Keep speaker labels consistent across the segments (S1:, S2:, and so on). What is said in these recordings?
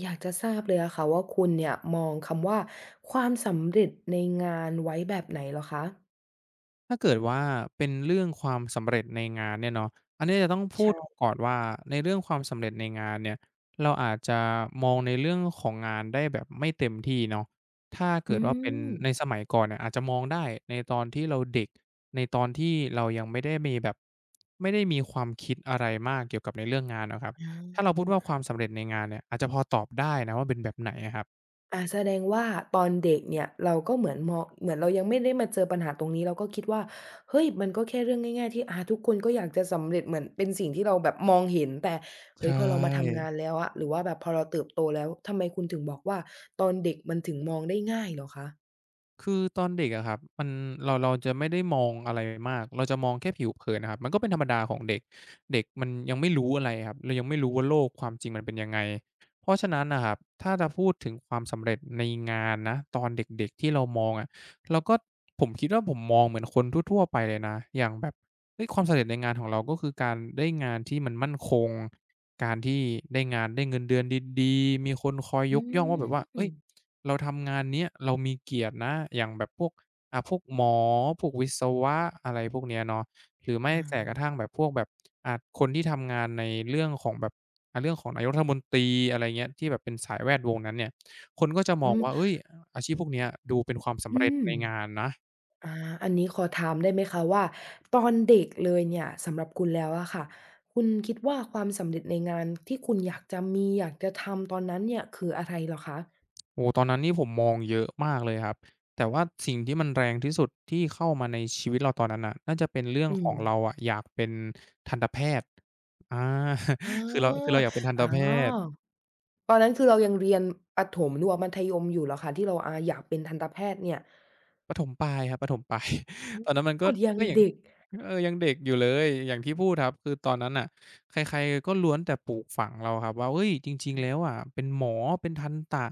S1: อยากจะทราบเลยอะค่ะว่าคุณเนี่ยมองคำว่าความสำเร็จในงานไว้แบบไหนเหรอคะ
S2: ถ้าเกิดว่าเป็นเรื่องความสำเร็จในงานเนี่ยเนาะอันนี้จะต้องพูด
S1: ใช่
S2: ก่อนว่าในเรื่องความสำเร็จในงานเนี่ย เราอาจจะมองในเรื่องของงานได้แบบไม่เต็มที่เนาะถ้าเกิ
S1: อื
S2: ดว่าเป็น
S1: ม
S2: ในสมัยก่อนเนี่ยอาจจะมองได้ในตอนที่เราเด็ก ในตอนที่เรายังไม่ได้มีแบบไม่ได้มีความคิดอะไรมากเกี่ยวกับในเรื่องงานอะครับ ถ้า
S1: อา
S2: เราพูดว่าความสำเร็จในงานเนี่ยอาจจะพอตอบได้นะว่าเป็นแบบไหนอะครับ
S1: แสดงว่าตอนเด็กเนี่ยเราก็เหมือนมองเหมือนเรายังไม่ได้มาเจอปัญหาตรงนี้เราก็คิดว่าเฮ้ยมันก็แค่เรื่องง่ายๆที่ทุกคนก็อยากจะสำเร็จเหมือนเป็นสิ่งที่เราแบบมองเห็นแต่เฮ้
S2: ใช่
S1: ยพอเรามาทำงานแล้วอะหรือว่าแบบพอเราเติบโตแล้วทำไมคุณถึงบอกว่าตอนเด็กมันถึงมองได้ง่ายเหรอคะ
S2: คือตอนเด็กอะครับมันเราจะไม่ได้มองอะไรมากเราจะมองแค่ผิวเผินอะครับมันก็เป็นธรรมดาของเด็กเด็กมันยังไม่รู้อะไรครับเรายังไม่รู้ว่าโลกความจริงมันเป็นยังไงเพราะฉะนั้นน่ะครับถ้าจะพูดถึงความสำเร็จในงานนะตอนเด็กๆที่เรามองอะเราก็ผมคิดว่าผมมองเหมือนคนทั่วๆไปเลยนะอย่างแบบเฮ้ยความสำเร็จในงานของเราก็คือการได้งานที่มันมั่นคงการที่ได้งานได้เงินเดือนดีๆมีคนคอย
S1: อื
S2: ยกย่องว่าแบบ
S1: ม
S2: ว่า
S1: อื
S2: เฮ้ย เราทำงานเนี้ยเรามีเกียรตินะอย่างแบบพวกพวกหมอพวกวิศวะอะไรพวกเนี้ยเนาะหรือไม่แต่กระทั่งแบบพวกแบบอ่าคนที่ทำงานในเรื่องของแบบเรื่องของนายกรัฐมนตรีอะไรเงี้ยที่แบบเป็นสายแวดวงนั้นเนี่ยคนก็จะมองว่า
S1: ม
S2: เฮ้ยอาชีพพวกเนี้ยดูเป็นความสำ
S1: อื
S2: เร็จ
S1: ม
S2: ในงานนะ
S1: อาอันนี้ขอถามได้ไหมคะว่าตอนเด็กเลยเนี่ยสำหรับคุณแล้วอะค่ะคุณคิดว่าความสำเร็จในงานที่คุณอยากจะมีอยากจะทำตอนนั้นเนี่ยคืออะไรเหรอคะ
S2: โอ้โฮตอนนั้นนี่ผมมองเยอะมากเลยครับแต่ว่าสิ่งที่มันแรงที่สุดที่เข้ามาในชีวิตเราตอนนั้นน่ะน่าจะเป็นเรื่อง
S1: อื
S2: ข
S1: ม
S2: องเราอะอยากเป็นทันตแพทย์อา
S1: อ
S2: คือเรา
S1: า
S2: อยากเป็นทันต
S1: อ๋
S2: แพทย์
S1: อตอนนั้นคือเรายังเรียนประถมหรือว่ามัธยมอยู่เหรอคะที่เราอยากเป็นทันตแพทย์เนี่ย
S2: ประถมปลายครับประถมปลาย ตอนนั้นมันก็
S1: โอ้ยัง
S2: อย่าง
S1: เด็ก
S2: อยังเด็กอยู่เลยอย่างที่พูดครับคือตอนนั้นน่ะใครๆก็ล้วนแต่ปลูกฝังเราครับว่าเฮ้ยจริงๆแล้วอะเป็นหมอเป็นทันตะ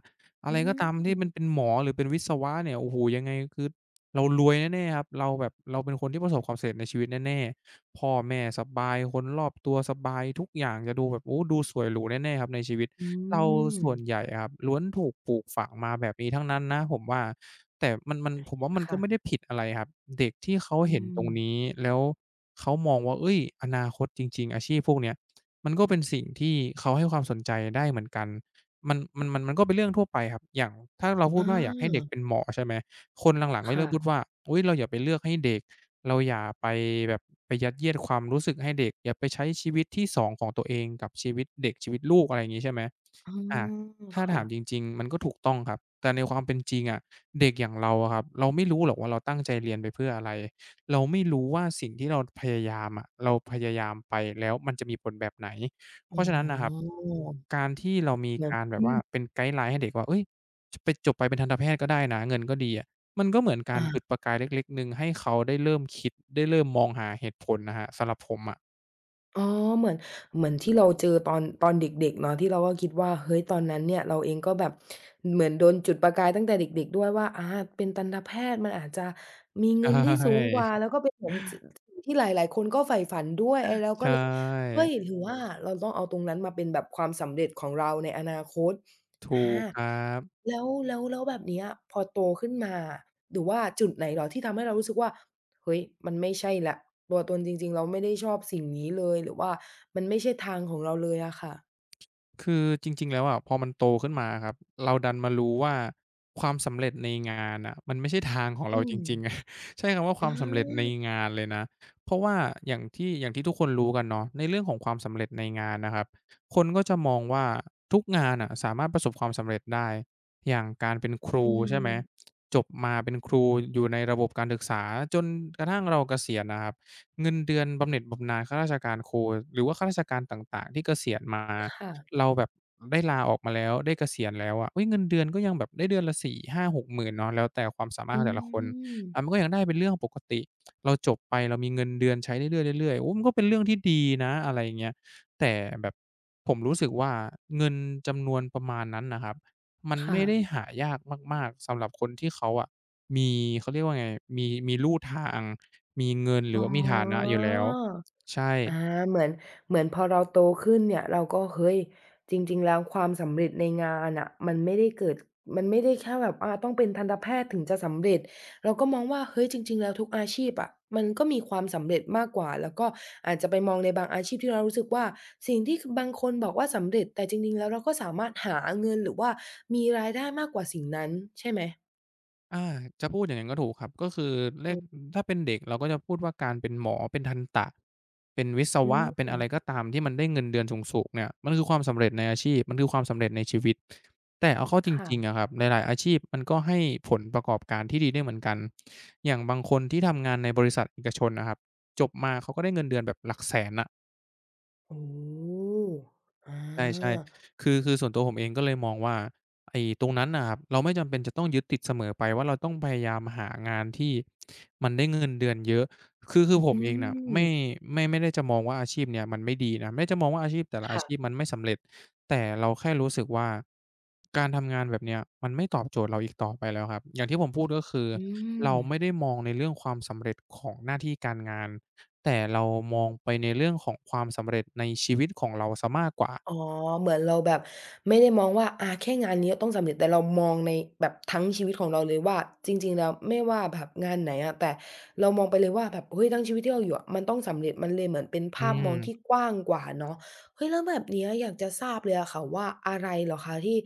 S2: อะ
S1: อื
S2: ไรก็ตามที่มันเป็น
S1: ม
S2: หมอหรือเป็นวิศวะเนี่ยโอ้โฮยังไงคือเรารวยแน่ๆครับเราแบบเราเป็นคนที่ประสบความสำเร็จในชีวิตแน่ๆพ่อแม่สบายคนรอบตัวสบายทุกอย่างจะดูแบบโอ้ดูสวยหรูแน่ๆครับในชีวิต
S1: อื
S2: เรา
S1: ม
S2: ส่วนใหญ่อะครับล้วนถูกปลูกฝังมาแบบนี้ทั้งนั้นนะผมว่าแต่มันผมว่ามันก็
S1: ค่ะ
S2: ไม่ได้ผิดอะไรครับเด็กที่เขา
S1: อื
S2: เห็นต
S1: ม
S2: รงนี้แล้วเขามองว่าเฮ้ยอนาคตจริงๆอาชีพพวกเนี้ยมันก็เป็นสิ่งที่เขาให้ความสนใจได้เหมือนกันมันก็เป็นเรื่องทั่วไปครับอย่างถ้าเราพู
S1: อ
S2: ดว่าอยากให้เด็ก
S1: า
S2: เป็นหมอใช่ไหมคนหลังๆก็เริ่มพูด
S1: ค่ะ
S2: ว่าอุ๊ยเราอย่าไปเลือกให้เด็ก เราอย่าไปแบบไปยัดเยียดความรู้สึกให้เด็กอย่าไปใช้ชีวิตที่สองของตัวเองกับชีวิตเด็กชีวิตลูกอะไรอย่างงี้ใช่ไหม
S1: อ๋อ
S2: อาถ้า
S1: ค่ะ
S2: ถามจริงๆมันก็ถูกต้องครับแต่ในความเป็นจริงอะเด็กอย่างเราอะครับเราไม่รู้หรอกว่าเราตั้งใจเรียนไปเพื่ออะไรเราไม่รู้ว่าสิ่งที่เราพยายามอะเราพยายามไปแล้วมันจะมีผลแบบไหนเพ
S1: อ๋
S2: ราะฉะนั้นน่ะครับ
S1: อ
S2: การที่เรามี
S1: เหมือน
S2: การแบ
S1: อื
S2: บว่า
S1: ม
S2: เป็นไกด์ไลน์ให้เด็กว่าเฮ้ยจะไปจบไปเป็นทันตแพทย์ก็ได้นะเงินก็ดีอะ มันก็เหมือนการจุด
S1: อา
S2: ประกายเล็กๆหนึ่งให้เขาได้เริ่มคิดได้เริ่มมองหาเหตุผลนะครับสำหรับผมอะ
S1: อ๋อเหมือนที่เราเจอตอนเด็กๆเนาะที่เราก็คิดว่าเฮ้ยตอนนั้นเนี่ยเราเองก็แบบเหมือนโดนจุดประกายตั้งแต่เด็กๆด้วยว่าเป็นทันตแพทย์มันอาจจะมี
S2: ใช
S1: เงินที่สูงก
S2: ่
S1: ว่าแล้วก็เป็นเหมือนสิ่งที่หลายๆคนก็ใฝ่ฝันด้วยไอ้เราก็
S2: ใช่
S1: เลยเฮ้ยหรือว่าเราต้องเอาตรงนั้นมาเป็นแบบความสำเร็จของเราในอนาคต
S2: ถูก
S1: อา
S2: ครับ
S1: แล้วแบบเนี้ยพอโตขึ้นมาหรือว่าจุดไหนเหรอที่ทำให้เรารู้สึกว่า เฮ้ยมันไม่ใช่แหละ ตัวตนจริงๆเราไม่ได้ชอบสิ่งนี้เลย หรือว่ามันไม่ใช่ทางของเราเลยอะค่ะ
S2: คือจริงๆแล้วอะพอมันโตขึ้นมาอะครับเราดันมารู้ว่าความสำเร็จในงานน่ะมันไม่ใช่ทางของ
S1: อื
S2: เราจ
S1: ม
S2: ริงๆ อะใช้คำว่า
S1: อ
S2: ความสำเร็จใน
S1: า
S2: งานเลยนะเพราะว่าอย่างที่ทุกคนรู้กันเนาะในเรื่องของความสำเร็จในงานนะครับคนก็จะมองว่าทุกงานน่ะสามารถประสบความสำเร็จได้อย่างการเป็นครู
S1: อื
S2: ใช่
S1: ม
S2: ไหมจบมาเป็นครูอยู่ในระบบการศึกษาจนกระทั่งเราเกษียณน่ะครับเงินเดือนบำเหน็จบำนาญข้าราชการครูหรือว่าข้าราชการต่างๆที่เกษียณมา
S1: ค่ะ
S2: เราแบบได้ลาออกมาแล้วได้เกษียณแล้วอะเฮ้ยเงินเดือนก็ยังแบบได้เดือนละสี่ห้าหกหมื่นเนาะแล้วแต่ความสามารถ
S1: อื
S2: ของแต่ละคนมัน
S1: ม
S2: ก็ยังได้เป็นเรื่องปกติเราจบไปเรามีเงินเดือนใช้เรื่อยๆเรื่อยๆโอ้มันก็เป็นเรื่องที่ดีนะอะไรอย่างเงี้ยแต่แบบผมรู้สึกว่าเงินจำนวนประมาณนั้นน่ะครับมัน
S1: ค่ะ
S2: ไม่ได้หายากมากๆสำหรับคนที่เขาอะมีเขาเรียกว่าไงมีลู่ทางมีเงินหรื
S1: อ๋
S2: อว่ามีฐานะ
S1: อ
S2: อยู่แล้วใช่
S1: อาเหมือนพอเราโตขึ้นเนี่ยเราก็เฮ้ยจริงๆแล้วความสำเร็จในงานน่ะมันไม่ได้แค่แบบต้องเป็นทันตแพทย์ถึงจะสำเร็จเราก็มองว่าเฮ้ยจริงๆแล้วทุกอาชีพอะมันก็มีความสำเร็จมากกว่าแล้วก็อาจจะไปมองในบางอาชีพที่เรารู้สึกว่าสิ่งที่คบางคนบอกว่าสำเร็จแต่จริงๆแล้วเราก็สามารถหาเงินหรือว่ามีรายได้มากกว่าสิ่งนั้นใช่ไหม
S2: อาจะพูดอย่างนั้นก็ถูกครับก็คือเลขถ้าเป็นเด็กเราก็จะพูดว่าการเป็นหมอเป็นทันตะเป็นวิศ
S1: อื
S2: วะเป็น
S1: ม
S2: อะไรก็ตามที่มันได้เงินเดือนสูงๆเนี่ยมันคือความสำเร็จในอาชีพมันคือความสำเร็จในชีวิตแต่เอาเข้าจริงๆ
S1: ค่ะ
S2: อะครับหลายๆอาชีพมันก็ให้ผลประกอบการที่ดีได้เหมือนกันอย่างบางคนที่ทำงานในบริษัทเอกชนน่ะครับจบมาเขาก็ได้เงินเดือนแบบหลักแสนน่ะ
S1: โอ้โฮอ
S2: ใช่
S1: า
S2: ๆคือส่วนตัวผมเองก็เลยมองว่าไอ้ตรงนั้นน่ะครับเราไม่จำเป็นจะต้องยึดติดเสมอไปว่าเราต้องพยายามหางานที่มันได้เงินเดือนเยอะคือผม
S1: อื
S2: เองน่ะ
S1: ม
S2: ไม่ได้จะมองว่าอาชีพเนี่ยมันไม่ดีนะไม่ได้จะมองว่าอาชีพแต่ละอา
S1: ค่ะ
S2: ชีพมันไม่สำเร็จแต่เราแค่รู้สึกว่าการทำงานแบบเนี้ยมันไม่ตอบโจทย์เราอีกต่อไปแล้วครับอย่างที่ผมพูดก็คือ
S1: อื
S2: เรา
S1: ม
S2: ไม่ได้มองในเรื่องความสำเร็จของหน้าที่การงานแต่เรามองไปในเรื่องของความสำเร็จในชีวิตของเราเสียมากกว่า
S1: อ๋อเหมือนเราแบบไม่ได้มองว่าแค่งานนี้ต้องสำเร็จแต่เรามองในแบบทั้งชีวิตของเราเลยว่าจริงๆแล้วไม่ว่าแบบงานไหนอะแต่เรามองไปเลยว่าแบบเฮ้ยทั้งชีวิตที่เราอยู่อะมันต้องสำเร็จมันเลยเหมือนเป็น
S2: อื
S1: ภาพมองที่
S2: ม
S1: กว้างกว่าเนาะเฮ้ยแล้วแบบเนี้ยอยากจะทราบเลยอะค่ะว่าอะไรเหรอคะที่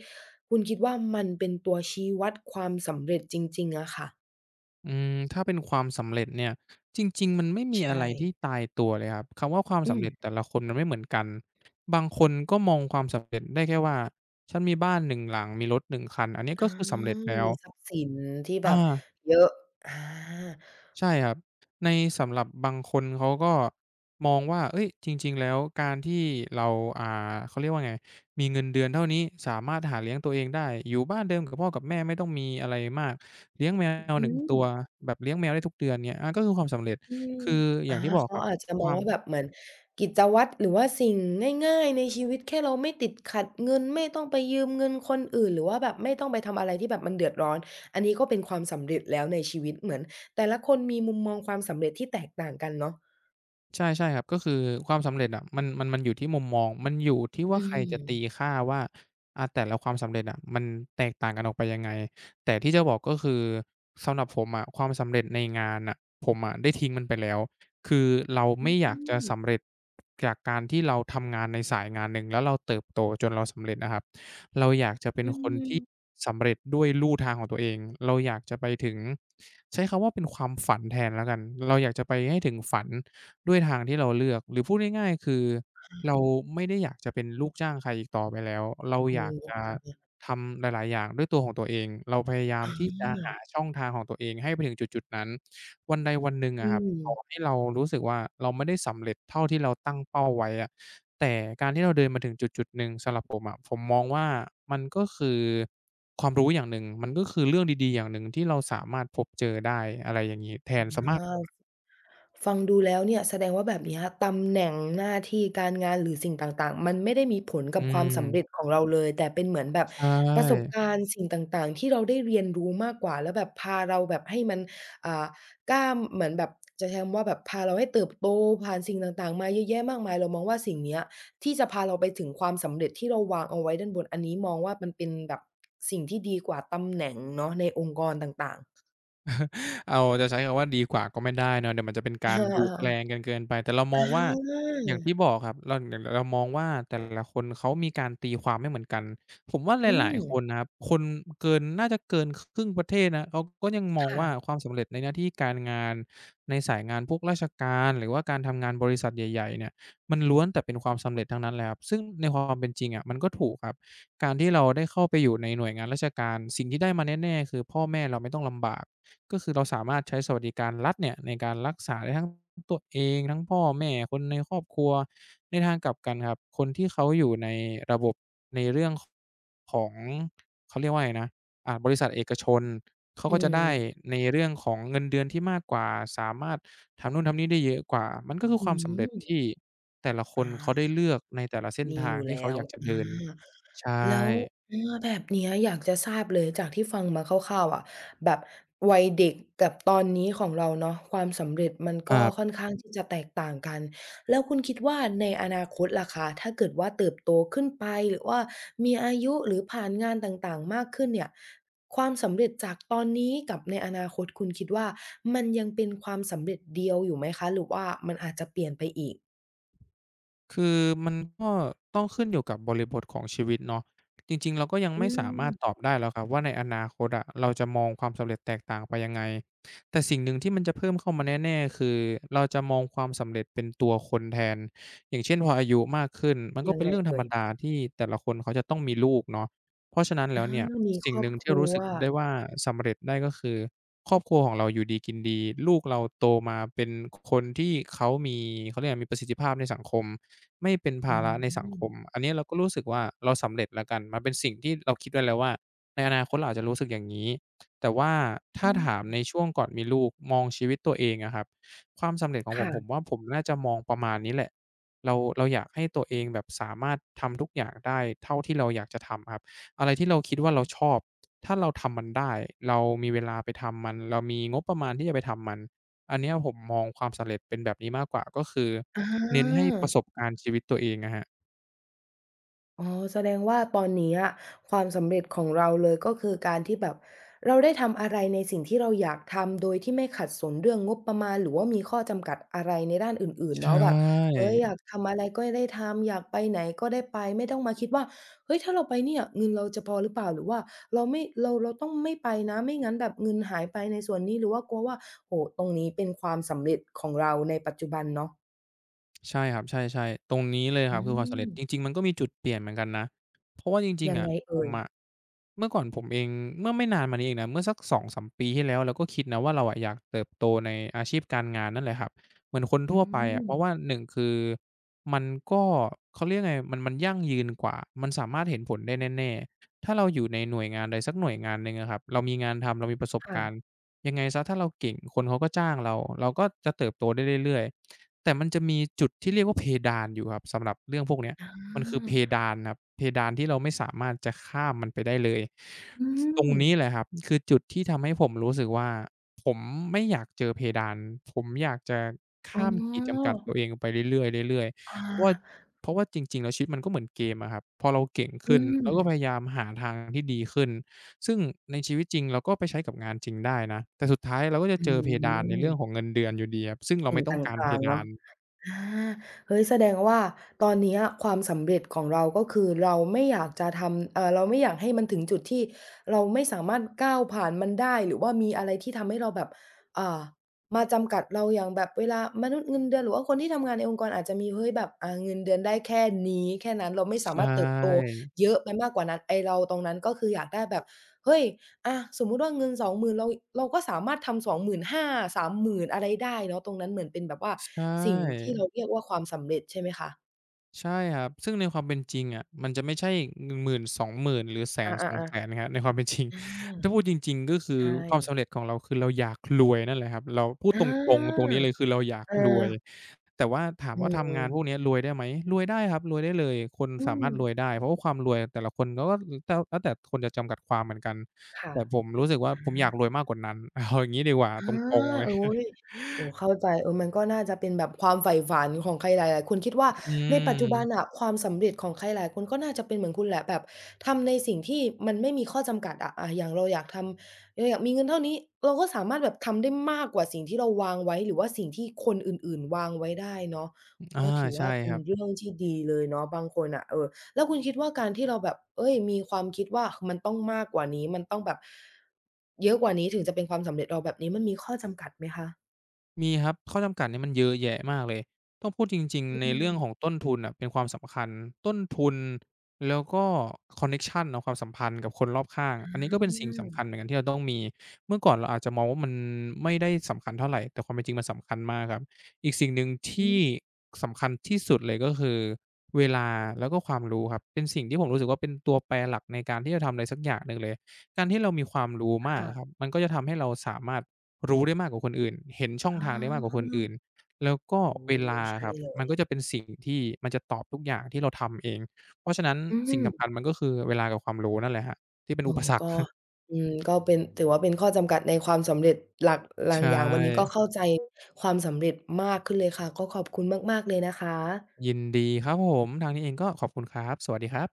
S1: คุณคิดว่ามันเป็นตัวชี้วัดความสำเร็จจริงๆอะค่ะ
S2: อืมถ้าเป็นความสำเร็จเนี่ยจริงๆมันไม่มี
S1: ใช
S2: อะไร
S1: ่
S2: ที่ตายตัวเลยครับคำว่าความ
S1: อื
S2: สำ
S1: ม
S2: เร็จแต่ละคนมันไม่เหมือนกันบางคนก็มองความสำเร็จได้แค่ว่าฉันมีบ้านหนึ่งหลังมีรถ1คันอันนี้
S1: อา
S2: ก็คือสำเร็จแล้ว
S1: มีทรัพย์สินที่แบ
S2: อา
S1: บเยอะอา
S2: ใช่ครับในสำหรับบางคนเขาก็มองว่าเอ้ยจริงๆแล้วการที่เราอ่าเขาเรียกว่าไงมีเงินเดือนเท่านี้สามารถหาเลี้ยงตัวเองได้อยู่บ้านเดิมกับพ่อกับแม่ไม่ต้องมีอะไรมากเลี้ยงแมวห
S1: อือ
S2: นึ่งตัวแบบเลี้ยงแมวได้ทุกเดือนเงี้ยอาก็คือความสำเร็จ
S1: อืม
S2: คืออ
S1: อา
S2: ย่างที่บอกค
S1: เขา
S2: รับ
S1: อาจจะ
S2: ค
S1: มอง
S2: วาม
S1: ว่าแบบเหมือนกิจวัตรหรือว่าสิ่งง่ายๆในชีวิตแค่เราไม่ติดขัดเงินไม่ต้องไปยืมเงินคนอื่นหรือว่าแบบไม่ต้องไปทำอะไรที่แบบมันเดือดร้อนอันนี้ก็เป็นความสำเร็จแล้วในชีวิตเหมือนแต่ละคนมีมุมมองความสำเร็จที่แตกต่างกันเนาะ
S2: ใช่ใช่ครับก็คือความสำเร็จอะมันอยู่ที่มุมมองมันอยู่ที่ว่า
S1: อื
S2: ใครจะ
S1: ม
S2: ตีค่าว่าอาแต่ละความสำเร็จอะมันแตกต่างกันออกไปยังไงแต่ที่จะบอกก็คือสำหรับผมอะความสำเร็จในงานน่ะผมอะได้ทิ้งมันไปแล้วคือเรา
S1: อื
S2: ไม่อยากจะ
S1: ม
S2: สำเร็จจากการที่เราทำงานในสายงานหนึ่งแล้วเราเติบโตจนเราสำเร็จนะครับเราอยากจะเป็น
S1: อื
S2: คนที่
S1: ม
S2: สำเร็จด้วยลู่ทางของตัวเองเราอยากจะไปถึงใช้คำว่าเป็นความฝันแทนแล้วกันเราอยากจะไปให้ถึงฝัน ด้วยทางที่เราเลือกหรือพูดง่ายๆคือเราไม่ได้อยากจะเป็นลูกจ้างใครอีกต่อไปแล้วเรา
S1: โอ
S2: อยาก
S1: ้
S2: จะทำหลายๆอย่างด้วยตัวของตัวเองเราพยายามที่จะหาช่องทางของตัวเองให้ไปถึงจุดๆนั้นวันใดวันหนึ่ง
S1: อื
S2: อะครับต่อ
S1: ม
S2: ให้เรารู้สึกว่าเราไม่ได้สำเร็จเท่าที่เราตั้งเป้าไว้อะแต่การที่เราเดินมาถึงจุดๆหนึ่งสำหรับผมอะผมมองว่ามันก็คือความรู้อย่างหนึ่งมันก็คือเรื่องดีๆอย่างหนึ่งที่เราสามารถพบเจอได้อะไรอย่างงี้แท
S1: อ
S2: นเสียมากกว่า
S1: า ฟังดูแล้วเนี่ยแสดงว่าแบบเนี้ยตำแหน่งหน้าที่การงานหรือสิ่งต่างๆมันไม่ได้มีผล
S2: อื
S1: กับความสำเร็จ
S2: ม
S1: ของเราเลยแต่เป็นเหมือนแบบ
S2: ใช่
S1: ประสบการณ์สิ่งต่างๆที่เราได้เรียนรู้มากกว่าแล้วแบบพาเราแบบให้มันอ่าก้ามเหมือนแบบจะใช้คำว่าแบบพาเราให้เติบโตผ่านสิ่งต่างๆมาเยอะแยะมากมายเรามองว่าสิ่งเนี้ยที่จะพาเราไปถึงความสำเร็จที่เราวางเอาไว้ด้านบนอันนี้มองว่ามันเป็นแบบสิ่งที่ดีกว่าตำแหน่งเนาะในองค์กรต่างๆ
S2: เอาจะใช้คำว่าดีกว่าก็ไม่ได้เนาะเดี๋ยวมันจะเป็นการ
S1: อา
S2: ดูแคลน
S1: ๆ
S2: กันเกินไปแต่เรา
S1: ๆ
S2: ม
S1: อ
S2: องว่า
S1: า
S2: อย่างที่บอกครับเราอย่างเรามองว่าแต่ละคนเขามีการตีความไม่เหมือนกันผมว่าห
S1: อื
S2: ลาย
S1: ม
S2: ๆคนนะครับคนเกินน่าจะเกินครึ่งประเทศนะเขาก็ยังมองว่า
S1: ค่ะ
S2: ความสำเร็จในหน้าที่การงานในสายงานพวกราชการหรือว่าการทำงานบริษัทใหญ่ๆเนี่ยมันล้วนแต่เป็นความสำเร็จทั้งนั้นแหละครับซึ่งในความเป็นจริงอะมันก็ถูกครับการที่เราได้เข้าไปอยู่ในหน่วยงานราชการสิ่งที่ได้มาแน่ๆคือพ่อแม่เราไม่ต้องลำบาก ก็คือเราสามารถใช้สวัสดิการรัฐเนี่ยในการรักษาได้ทั้งตัวเองทั้งพ่อแม่คนในครอบครัวในทางกลับกันครับคนที่เขาอยู่ในระบบในเรื่องของเขาเรียกว่าไรนะบริษัทเอกชนเขา
S1: อื
S2: ก็จะ
S1: ม
S2: ได้ในเรื่องของเงินเดือนที่มากกว่าสามารถทำนู่นทำนี่ได้เยอะกว่ามันก็คือค
S1: อื
S2: วามสำเร็จที่
S1: ม
S2: แต่ละคนเขาได้
S1: อา
S2: เลือกในแต่ละเส้น
S1: มี
S2: ทา
S1: อ
S2: ง
S1: ยู่
S2: ที่
S1: แล้
S2: เขา
S1: ว
S2: อยากจะเดินใช่
S1: แล้วอาแบบเนี้ยอยากจะทราบเลยจากที่ฟังมาคร่าวๆอะแบบวัยเด็กกับตอนนี้ของเราเนาะความสำเร็จมัน
S2: ค
S1: ก็
S2: รั
S1: ค่อน
S2: บ
S1: ข้างที่จะแตกต่างกัน แล้วคุณคิดว่าในอนาคตล่ะคะถ้าเกิดว่าเติบโตขึ้นไปหรือว่ามีอายุหรือผ่านงานต่างๆมากขึ้นเนี่ยความสำเร็จจากตอนนี้กับในอนาคตคุณคิดว่ามันยังเป็นความสำเร็จเดียวอยู่ไหมคะหรือว่ามันอาจจะเปลี่ยนไปอีก
S2: คือมันก็ต้องขึ้นอยู่กับบริบทของชีวิตเนาะจริงๆเราก็ยัง
S1: อื
S2: ไม่สามารถตอ
S1: ม
S2: บได้หรอกครับว่าในอนาคตอะเราจะมองความสำเร็จแตกต่างไปยังไงแต่สิ่งหนึ่งที่มันจะเพิ่มเข้ามาแน่ๆคือเราจะมองความสำเร็จเป็นตัวคนแทนอย่างเช่นพออายุมากขึ้นมันก็
S1: ยัง
S2: เป็น
S1: ไง
S2: เรื่องธร
S1: เอ่
S2: รม
S1: ย
S2: ดาที่แต่ละคนเขาจะต้องมีลูกเนาะเพราะฉะนั้นแล้ว
S1: อา
S2: เนี่ย
S1: มีค
S2: สิ่ง
S1: รอ
S2: ห
S1: บ
S2: นึ่ง
S1: ค
S2: ที่
S1: รั
S2: รู้
S1: ว
S2: สึกได้ว่าสำเร็จได้ก็คือครอบครัวของเราอยู่ดีกินดีลูกเราโตมาเป็นคนที่เขามีเขาเรียกอะไรมีประสิทธิภาพในสังคม ไม่เป็นภา
S1: อื
S2: ระในสังค
S1: ม
S2: ม อันนี้เราก็รู้สึกว่าเราสำเร็จแล้วกันมันเป็นสิ่งที่เราคิดไว้แล้วว่าในอนาคตเราอาจจะรู้สึกอย่างนี้แต่ว่า
S1: อื
S2: ถ้าถามใน
S1: ม
S2: ช่วงก่อนมีลูกมองชีวิตตัวเองอะครับความสำเร็จของผมผม
S1: ค่ะ
S2: ว่าผมน่าจะมองประมาณนี้แหละเราอยากให้ตัวเองแบบสามารถทำทุกอย่างได้เท่าที่เราอยากจะทำครับอะไรที่เราคิดว่าเราชอบ ถ้าเราทำมันได้ เรามีเวลาไปทำมัน เรามีงบประมาณที่จะไปทำมันอันเนี้ยผมมองความสำเร็จเป็นแบบนี้มากกว่าก็คือ
S1: อา
S2: เน้นให้ประสบการณ์ชีวิตตัวเองอะครับ
S1: อ๋อแสดงว่าตอนนี้อะความสำเร็จของเราเลยก็คือการที่แบบเราได้ทำอะไรในสิ่งที่เราอยากทำโดยที่ไม่ขัดสนเรื่องงบประมาณหรือว่ามีข้อจำกัดอะไรในด้านอื่นๆ
S2: ใช่
S1: เนาะแบบเฮ้ยอยากทำอะไรก็ได้ทำอยากไปไหนก็ได้ไปไม่ต้องมาคิดว่าเฮ้ยถ้าเราไปเนี่ยเงินเราจะพอหรือเปล่าหรือว่าเราต้องไม่ไปนะไม่งั้นแบบเงินหายไปในส่วนนี้หรือว่ากลัวว่าโอ้โฮตรงนี้เป็นความสำเร็จของเราในปัจจุบันเนาะ
S2: ใช่ครับใช่ๆตรงนี้เลยค
S1: อื
S2: รับคือความสำเร็จจ
S1: ม
S2: ริงๆมันก็มีจุดเปลี่ยนเหมือนกันนะเพราะว่าจริง
S1: ยั
S2: ๆ
S1: ง
S2: อะ
S1: ไง
S2: ผ
S1: เอ่
S2: ม
S1: ย
S2: อะเมื่อก่อนผมเองเมื่อไม่นานมานี้เองนะเมื่อสัก2-3ปีที่แล้วเราก็คิดนะว่าเราอะอยากเติบโตในอาชีพการงานนั่นแหละครับเหมือนคน
S1: อื
S2: ทั่วไปอะเพราะว่า
S1: ม
S2: หนึ่งคือมันก็เขาเรียกไงมันยั่งยืนกว่ามันสามารถเห็นผลได้แน่ๆถ้าเราอยู่ในหน่วยงานใดสักหน่วยงานหนึ่งอะครับเรามีงานทำเรามีประสบ
S1: ค่ะ
S2: การณ์ยังไงเสียถ้าเราเก่งคนเขาก็จ้างเราเราก็จะเติบโตได้เรื่อยๆ แต่มันจะมีจุดที่เรียกว่าเพดานอยู่ครับสำหรับเรื่องพวกเนี้ย
S1: อา
S2: มันคือเพดานครับเพดานที่เราไม่สามารถจะข้ามมันไปได้เลย
S1: อื
S2: ตร
S1: ม
S2: งนี้แหละครับคือจุดที่ทำให้ผมรู้สึกว่าผมไม่อยากเจอเพดานผมอยากจะ
S1: อ๋
S2: ข้ามขีดจำกัด
S1: อ
S2: ตัวเองไปเรื่อยๆเรื่อย
S1: อา
S2: ๆเพราะว่าจริงๆแล้วชีวิตมันก็เหมือนเกมอะครับพอเราเก่ง
S1: อื
S2: ขึ้น
S1: ม
S2: เราก็พยายามหาทางที่ดีขึ้นซึ่งในชีวิตจริงเราก็ไปใช้กับงานจริงได้นะแต่สุดท้ายเราก็จะ
S1: อื
S2: เจอเพดานในเรื่องของ
S1: ม
S2: เงินเดือนอยู่ดีครับซึ่งเรา
S1: สิ่
S2: ไม่
S1: ง
S2: ต้อ
S1: ต
S2: งการเพ
S1: ่างๆ
S2: ดา
S1: เนาะ
S2: น
S1: อาเฮ้ยแสดงว่าตอนเนี้ยความสำเร็จของเราก็คือเราไม่อยากจะทำเราไม่อยากให้มันถึงจุดที่เราไม่สามารถก้าวผ่านมันได้หรือว่ามีอะไรที่ทำให้เราแบบอ่ามาจำกัดเราอย่างแบบเวลามนุษย์เงินเดือนหรือว่าคนที่ทำงานในองค์กรอาจจะมีเฮ้ยแบบเงินเดือนได้แค่นี้แค่นั้นเราไม่สา
S2: ใช
S1: มารถเติบโต
S2: ่
S1: เยอะไปมากกว่านั้นไอ้เราตรงนั้นก็คืออยากได้แบบเฮ้ย อาสมมุติว่าเงิน20,000เราก็สามารถทำ25,00030,000อะไรได้เนาะตรงนั้นเหมือนเป็นแบบว่า
S2: ใช
S1: สิ่งที่
S2: ่
S1: เราเรียกว่าความสำเร็จใช่ไหมคะ
S2: ใช่ครับซึ่งในความเป็นจริงอะมันจะไม่ใช่หมื่นสองหมื่นหรือ
S1: อา
S2: 1 0
S1: ๆๆ
S2: 0ส0 0แ0นครับในความเป็น จริง
S1: อ
S2: ถ้าพู
S1: า
S2: ดจริงๆก็คือ
S1: ใช่
S2: ความสำเร็จของเราคือเราอยากรวยนั่นแหละครับเราพูด
S1: อ
S2: ตรงๆตร
S1: า
S2: งนี้เลยคือเราอยาก
S1: เออ
S2: รวยแต่ว่าถาม
S1: อื
S2: ว่าทำงาน
S1: ม
S2: พวกเนี้ยรวยได้ไหมรวยได้ครับรวยได้เลยคน
S1: อื
S2: สามา
S1: ม
S2: รถรวยได้เพราะว่าความรวยแต่ละคนเขาก็ลแล้วแล้วแต่คนจะจำกัดความเหมือนกัน
S1: ค่ะ
S2: แต่ผมรู้สึกว่าผมอยากรวยมากกว่านั้น เอาอย่างงี้ดีกว่าต
S1: อา
S2: รงๆเล
S1: โอ๊
S2: ย
S1: ยโอ้โฮเข้าใจเออมันก็น่าจะเป็นแบบความใฝ่ฝันของใครหลายๆคนคิดว่า
S2: อื
S1: ในปัจจุบัน
S2: ม
S1: น่ะความสำเร็จของใครหลายคนก็น่าจะเป็นเหมือนคุณแหละแบบทำในสิ่งที่มันไม่มีข้อจำกัดอะอาอย่างเราอยากทำเราอยากมีเงินเท่านี้เราก็สามารถแบบทำได้มากกว่าสิ่งที่เราวางไว้หรือว่าสิ่งที่คนอื่นๆวางไว้ได้เนาะ
S2: อา
S1: ก็ถือ
S2: ใช่
S1: ว่าเป็
S2: ค
S1: น
S2: รับ
S1: เรื่องที่ดีเลยเนาะบางคนน่ะเออ แล้วคุณคิดว่าการที่เราแบบ เอ้ยมีความคิดว่ามันต้องมากกว่านี้ มันต้องแบบเยอะกว่านี้ถึงจะเป็นความสำเร็จเราแบบนี้ มันมีข้อจำกัดไหมคะ
S2: มีครับข้อจำกัดเนี่ยมันเยอะแยะมากเลยต้องพูดจริง
S1: อื
S2: ๆในเรื่องของ
S1: ม
S2: ต้นทุนน่ะเป็นความสำคัญต้นทุนแล้วก็คอนเน็กชันเนาะความสัมพันธ์กับคนรอบข้าง
S1: อ
S2: อันนี้ก็
S1: า
S2: เป็นสิ่งสำคัญเหมือนกันที่เราต้องมีเมื่อก่อนเราอาจจะมองว่ามันไม่ได้สำคัญเท่าไรแต่ความเป็นจริงมันสำคัญมากครับอีกสิ่งหนึ่ง
S1: อื
S2: ที่
S1: ม
S2: สำคัญที่สุดเลยก็คือเวลาแล้วก็ความรู้ครับเป็นสิ่งที่ผมรู้สึกว่าเป็นตัวแปรหลักในการที่จะทำอะไรสักอย่างหนึ่งเลยการที่เรามีความรู้มาก
S1: ค่ะ
S2: อะครับมันก็จะทำให้เราสามารถ รู้ได้มากกว่าคนอื่น เห็นช่องทางได้มากกว่าคน
S1: ออ
S2: อื่น แล้วก็
S1: โอ้โฮ
S2: เวลาค
S1: ใช่
S2: รับ
S1: เล
S2: มั
S1: ย
S2: นก็จะเป็นสิ่งที่มันจะตอบทุกอย่างที่เราทำเอง เพราะฉะนั้น
S1: อื
S2: สิ่งสำคั
S1: ม
S2: ญมันก็คือเวลากับความรู้นั่นแหละครับที่เป็น
S1: เอ
S2: อุป
S1: อ
S2: สรรค
S1: ก็ อืมก็เป็นถือว่าเป็นข้อจำกัดในความสำเร็จหลักห
S2: ใช
S1: ลางอย่างวันนี้ก็
S2: ่
S1: เข้าใจความสำเร็จมากขึ้นเลยค่ะ ก็ขอบคุณมากๆเลยนะคะ
S2: ยินดีครับผมทางนี้เองก็ขอบคุณครับสวัสดีครับ